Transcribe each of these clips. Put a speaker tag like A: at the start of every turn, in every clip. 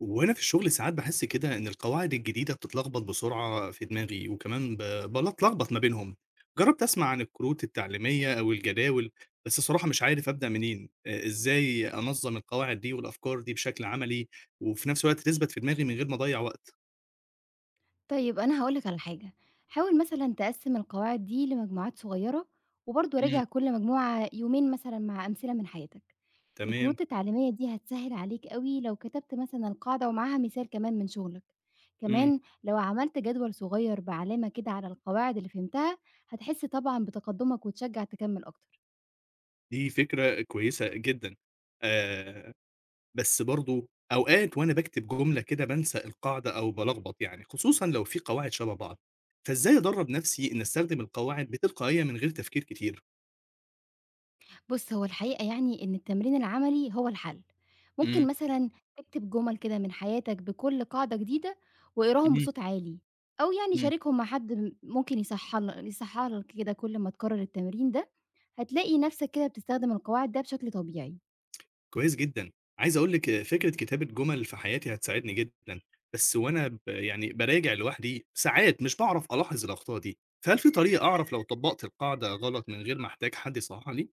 A: وأنا في الشغل ساعات باحس كده إن القواعد الجديدة بتتلخبط بسرعة في دماغي، وكمان باتلخبط ما بينهم. جرّبت أسمع عن الكروت التعليمية أو الجداول، بس الصراحة مش عارف أبدأ منين. إزاي أنظّم القواعد دي والأفكار دي بشكل عملي، وفي نفس الوقت تثبت في دماغي من غير ما أضيّع وقت؟
B: طيب أنا هاقول لك على حاجة، حاول مثلًا تقسّم القواعد دي لمجموعات صغيرة، وبرضه
A: إمم.
B: راجع كل مجموعة يومين مثلًا مع أمثلة من حياتك.
A: تمام،
B: الكروت التعليمية دي هتسهل عليك أوي لو كتبت مثلًا القاعدة ومعاها مثال كمان من شغلك،
A: إمم،
B: كمان لو عملت جدول صغير بعلامة كده على القواعد اللي فهمتها، هتحس طبعًا بتقدمك وتشجع تكمل أكتر.
A: دي فكرة كويسة جدًا. آآ بس برضه أوقات وأنا باكتب جملة كده بانسى القاعدة أو بالخبط يعني، خصوصًا لو في قواعد شبه بعض، فإزاي أدرّب نفسي إن أستخدم القواعد بتلقائية من غير تفكير كتير؟
B: بُص، هو الحقيقة يعني إن التمرين العملي هو الحل، ممكن
A: إمم،
B: مثلًا تكتب جُمل كده من حياتك بكل قاعدة جديدة واقراهم
A: إمم،
B: بصوت عالي، أو يعني
A: إمم.
B: شاركهم مع حد ممكن يصحح لك كده كل ما تكرر التمرين ده، هتلاقي نفسك كده بتستخدم القواعد ده بشكل طبيعي.
A: كويس جدًا، عايز أقول لِك فكرة كتابة جُمل في حياتي هتساعدني جدًا، بس وأنا ب يعني باراجع لوحدي ساعات مش باعرف ألاحظ الأخطاء دي، فهل في طريقة أعرف لو طبّقت القاعدة غلط من غير ما أحتاج حد يصحّحها لي؟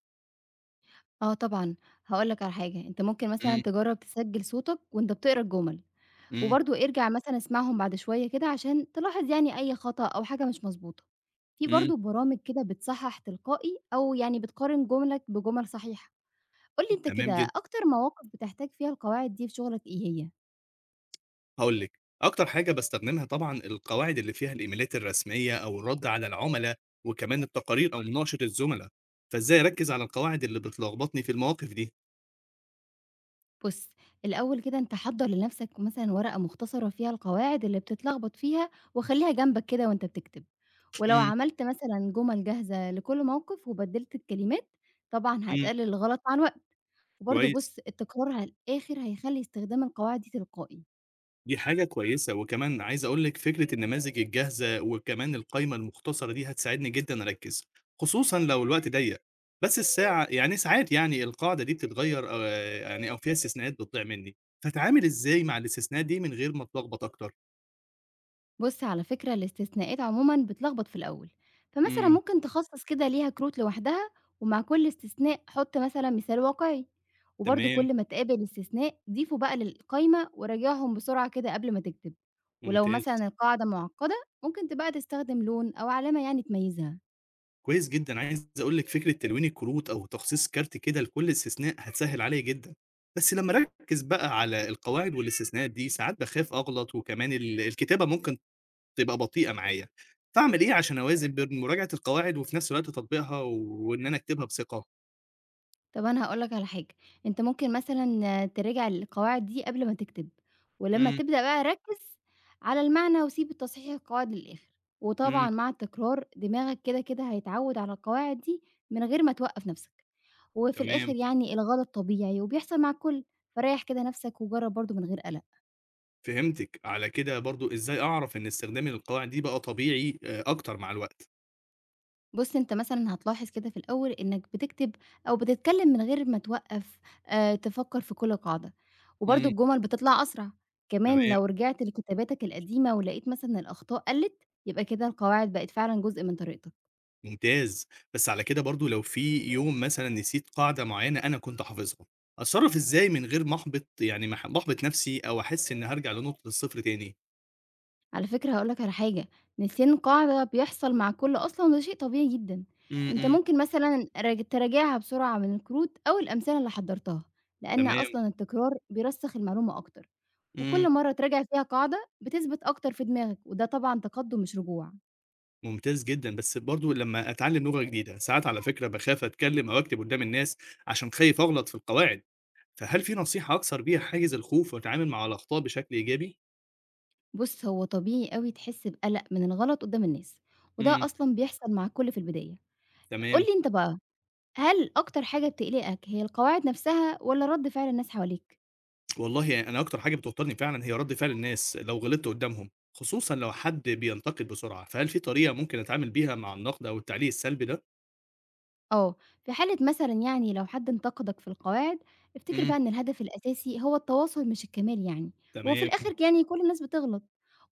B: آه طبعًا، هاقول لك على حاجة، أنت ممكن مثلًا
A: إمم،
B: تجرب تسجل صوتك وأنت بتقرا الجُمل.
A: إمم،
B: وبرضه ارجع مثلًا اسمعهم بعد شوية كده عشان تلاحظ يعني أي خطأ أو حاجة مش مضبوطة. في
A: إمم.
B: برضه برامج كده بتصحّح تلقائي أو يعني بتقارن جملك بجُمل صحيحة. قُل لي أنت كده
A: تمام جدًا.
B: أكتر مواقف بتحتاج فيها القواعد دي في شغلك إيه هي؟
A: هاقول لِك، أكتر حاجة باستخدمها طبعًا القواعد اللي فيها الإيميلات الرسمية أو الرد على العُملا، وكمان التقارير أو مناقشة الزُملا، فإزاي أركّز على القواعد اللي بتلخبطني في المواقف دي؟
B: بُص، الأول كده أنت حضّر لنفسك مثلًا ورقة مختصرة فيها القواعد اللي بتتلخبط فيها وخلّيها جنبك كده وأنت بتكتب. ولو
A: إمم،
B: عملت مثلًا جُمل جاهزة لكل موقف وبدّلت الكلمات، طبعًا
A: إمم،
B: هتقلل الغلط عن وق وبرضه بُص،
A: كويس،
B: التكرار على الآخر هيخلّي استخدام القواعد دي تلقائي.
A: دي حاجة كويسة، وكمان عايز أقول لِك فكرة النماذج الجاهزة وكمان القايمة المختصرة دي هتساعدني جدًا أركّز، خصوصًا لو الوقت ضيّق، بس الساعة يعني ساعات يعني القاعدة دي بتتغيّر يعني أو فيها استثناءات بتضيع منّي، فأتعامل إزاي مع الاستثناءات دي من غير ما أتلخبط أكتر؟
B: بُص، على فكرة الاستثناءات عمومًا بتلخبط في الأول، فمثلًا
A: إمم،
B: ممكن تخصّص كده ليها كروت لوحدها ومع كل استثناء حُط مثلًا مثال واقعي، وبرضه
A: تمام.
B: كل ما تقابل استثناء ضيفه بقى للقايمة وراجعهم بسرعة كده قبل ما تكتب، ولو
A: ممتاز،
B: مثلًا القاعدة معقدة ممكن بقى تستخدم لون أو علامة يعني تميزها.
A: كويس جدًا، عايز أقول لِك فكرة تلوين الكروت أو تخصيص كارت كده لكل استثناء هتسهّل عليَّ جدًا، بس لمّا أركّز بقى على القواعد والاستثناءات دي ساعات باخاف أغلط وكمان الكتابة ممكن تبقى بطيئة معايا، فاعمل إيه عشان أوازن بين مراجعة القواعد وفي نفس الوقت تطبيقها وإن أنا أكتبها بثقة؟
B: طب أنا هاقول لك على حاجة، أنت ممكن مثلًا تراجع القواعد دي قبل ما تكتب، ولمّا
A: إمم،
B: تبدأ بقى ركّز على المعنى وسيب التصحيح القواعد للآخر،
A: إمم،
B: وطبعًا مع التكرار دماغك كده، هيتعوّد على القواعد دي من غير ما توقّف نَفْسك، وفي
A: تمام،
B: الآخر يعني الغلط طبيعي وبيحصل مع الكل، فريّح كده نَفْسك وجرّب برضه من غير قلق.
A: فهمتِك، على كده برضه إزاي أعرف إن استخدامي للقواعد دي بقى طبيعي أكتر مع الوقت؟
B: بُص، أنت مثلًا هتلاحظ كده في الأول إنك بتكتب أو بتتكلم من غير ما توقّف تفكّر في كل قاعدة، وبرضه
A: إمم،
B: الجمل بتطلع أسرع، كمان
A: تمام.
B: لو رجعت لكتاباتك القديمة ولقيت مثلًا الأخطاء قلّت، يبقى كده القواعد بقت فعلًا جزء من طريقتك.
A: ممتاز، بس على كده برضه لو في يوم مثلًا نسيت قاعدة معيّنة أنا كنت حافظها، أتصرّف إزاي من غير ما أحبط يعني ما أحبط نفسي أو أحس إني هارجع لنقطة الصفر تاني؟
B: على فكرة هاقول لك على حاجة، نسيان قاعدة بيحصل مع الكل أصلًا وده شيء طبيعي جدًا،
A: إمم،
B: وأنت
A: إمم.
B: ممكن مثلًا تراجعها بسرعة من الكروت أو الأمثلة اللي حضّرتها، لأن
A: تمام،
B: أصلًا التكرار بيرسّخ المعلومة أكتر.
A: إمم.
B: وكل مرّة تراجع فيها قاعدة بتثبت أكتر في دماغك، وده طبعًا تقدُّم مش رجوع.
A: ممتاز جدًا، بس برضه لمّا أتعلم لغة جديدة ساعات على فكرة باخاف أتكلم أو أكتب قدّام الناس عشان خايف أغلط في القواعد، فهل في نصيحة أكسر بيها حاجز الخوف وأتعامل مع الأخطاء بشكل إيجابي؟
B: بُص، هو طبيعي أوي تحس بقلق من الغلط قدّام الناس، وده
A: إمم.
B: أصلًا بيحصل مع الكل في البداية. قُل
A: تمام.
B: لي أنت بقى، هل أكتر حاجة بتقلقك هي القواعد نفسها والّا رَد فعل الناس حواليك؟
A: والله يعني أنا أكتر حاجة بتوتّرني فعلًا هي رَد فعل الناس لو غلطت قدّامهم، خصوصًا لو حد بينتقد بسرعة، فهل في طريقة ممكن أتعامل بيها مع النقد أو التعليق السلبي ده؟
B: آه، في حالة مثلًا يعني لو حد انتقدك في القواعد، افتكر
A: إمم.
B: بقى إن الهدف الأساسي هو التواصل مش الكمال يعني، وفي
A: تمام،
B: الآخر يعني كل الناس بتغلط،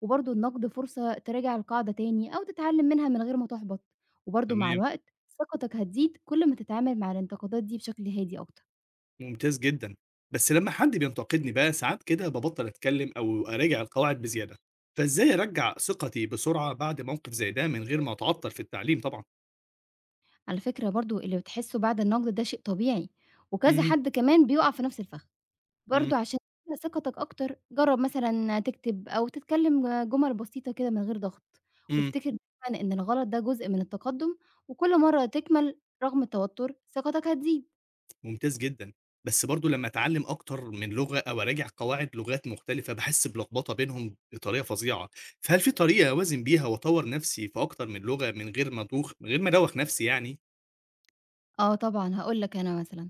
B: وبرضه النقد فرصة تراجع القاعدة تاني أو تتعلم منها من غير ما تحبط، وبرضه مع
A: تمام،
B: الوقت ثقتك هتزيد كل ما تتعامل مع الانتقادات دي بشكل هادي أكتر.
A: ممتاز جدًا. بس لمّا حد بينتقدني بقى ساعات كده بابطّل أتكلم أو أراجع القواعد بزيادة، فإزاي أرجّع ثقتي بسرعة بعد موقف زي ده من غير ما أتعطّل في التعليم طبعًا؟
B: على فكرة برضه اللي بتحسه بعد النقد ده شيء طبيعي، وكذا
A: إمم،
B: حد كمان بيقع في نفس الفخ
A: إمم،
B: برضه عشان تبني ثقتك أكتر، جرّب مثلًا تكتب أو تتكلم جُمل بسيطة كده من غير ضغط،
A: إمم.
B: وافتكر دايمًا إن الغلط ده جزء من التقدُّم، وكل مرّة تكمل رغم التوتُّر ثقتك هتزيد.
A: ممتاز جدًا، بس برضه لمّا أتعلّم أكتر من لغة أو أراجع قواعد لغات مختلفة، باحس بلخبطة بينهم بطريقة فظيعة، فهل في طريقة أوازن بيها وأطوّر نفسي في أكتر من لغة من غير ما أدوّخ نفسي يعني؟
B: آه طبعًا، هاقول لك أنا مثلًا،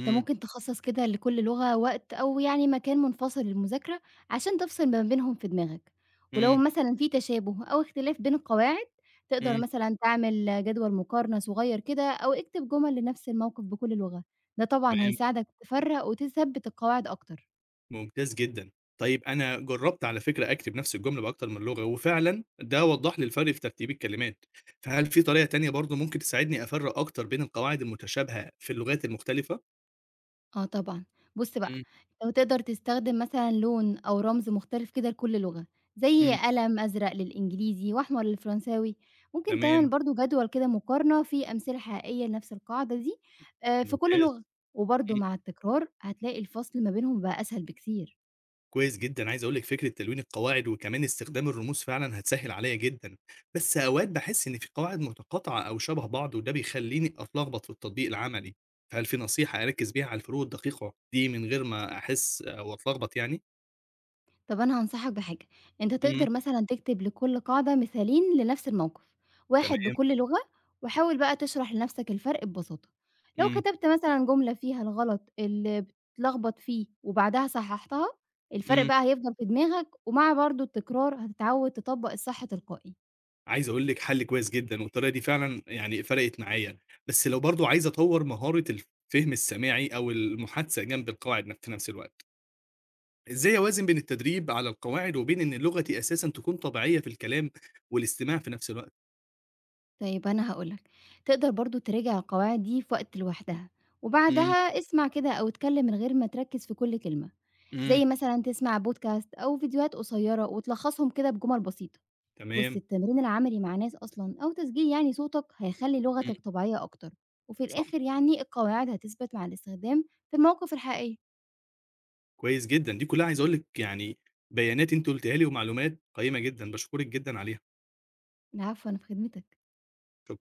B: أنت ممكن تخصّص كده لكل لغة وقت أو يعني مكان منفصل للمذاكرة، عشان تفصل ما بينهم في دماغك، ولو
A: إمم،
B: مثلًا في تشابه أو اختلاف بين القواعد، تقدر
A: إمم.
B: مثلًا تعمل جدول مقارنة صغير كده أو اكتب جمل لنفس الموقف بكل لغة، ده طبعًا
A: تمام،
B: هيساعدك تفرّق وتثبّت القواعد أكتر.
A: ممتاز جدًا. طيب أنا جرّبت على فكرة أكتب نفس الجملة بأكتر من لغة، وفعلًا ده وضّح لي الفرق في ترتيب الكلمات، فهل في طريقة تانية برضه ممكن تساعدني أفرّق أكتر بين القواعد المتشابهة في اللغات المختلفة؟
B: آه طبعًا. بُص بقى،
A: إمم،
B: لو تقدر تستخدم مثلًا لون أو رمز مختلف كده لكل لغة، زي
A: إمم.
B: قلم أزرق للإنجليزي وأحمر للفرنساوي. ممكن تعمل
A: تمام،
B: برضه جدول كده مقارنة فيه أمثلة حقيقية لنفس القاعدة دي في كل
A: ممتاز.
B: لغة، وبرضه مع التكرار هتلاقي الفصل ما بينهم بقى أسهل بكتير.
A: كويس جدًا، عايز أقول لِك فكرة تلوين القواعد وكمان استخدام الرموز فعلًا هتسهِّل عليَّ جدًا، بس أوقات باحس إن في قواعد متقاطعة أو شبه بعض وده بيخلّيني أتلخبط في التطبيق العملي، فهل في نصيحة أركّز بيها على الفروق الدقيقة دي من غير ما أحس أو أتلخبط يعني؟
B: طب أنا هانصحك بحاجة، أنت
A: إمم،
B: تقدر مثلًا تكتب لكل قاعدة مثالين لنفس الموقف، واحد
A: تمام،
B: بكل لغة، وحاول بقى تشرح لنفسك الفرق ببساطة. لو
A: إمم،
B: كتبت مثلًا جملة فيها الغلط اللي بتتلخبط فيه وبعدها صححتها، الفرق
A: إمم،
B: بقى هيفضل في دماغك، ومع برضه التكرار هتتعود تطبّق الصح تلقائي.
A: عايز أقول لِك حَل كويس جدًا والطريقة دي فعلًا يعني فرقِت معايا، بس لو برضه عايز أطوّر مهارة الفهم السماعي أو المحادثة جنب القواعد في نفس الوقت. إزاي أوازن بين التدريب على القواعد وبين إن لغتي أساسًا تكون طبيعية في الكلام والاستماع في نفس الوقت؟
B: طيب أنا هاقول لك، تقدر برضه تراجع القواعد دي في وقت لوحدها،
A: إمم،
B: وبعدها اسمع كده أو اتكلم من غير ما تركز في كل كلمة،
A: إمم.
B: زي مثلًا تسمع بودكاست أو فيديوهات قصيرة وتلخصهم كده بجمل بسيطة. بُص
A: تمام،
B: التمرين العملي مع ناس أصلًا أو تسجيل يعني صوتك هيخلي
A: إمم.
B: لغتك طبيعية أكتر، وفي
A: صح،
B: الآخر يعني القواعد هتثبت مع الاستخدام في المواقف الحقيقية.
A: كويس جدًا، دي كلها عايز أقول لِك يعني بيانات أنتِ قلتيها لي ومعلومات قيّمة جدًا، باشكرِك جدًا عليها،
B: العفو، أنا في خدمتك.
A: شكرًا.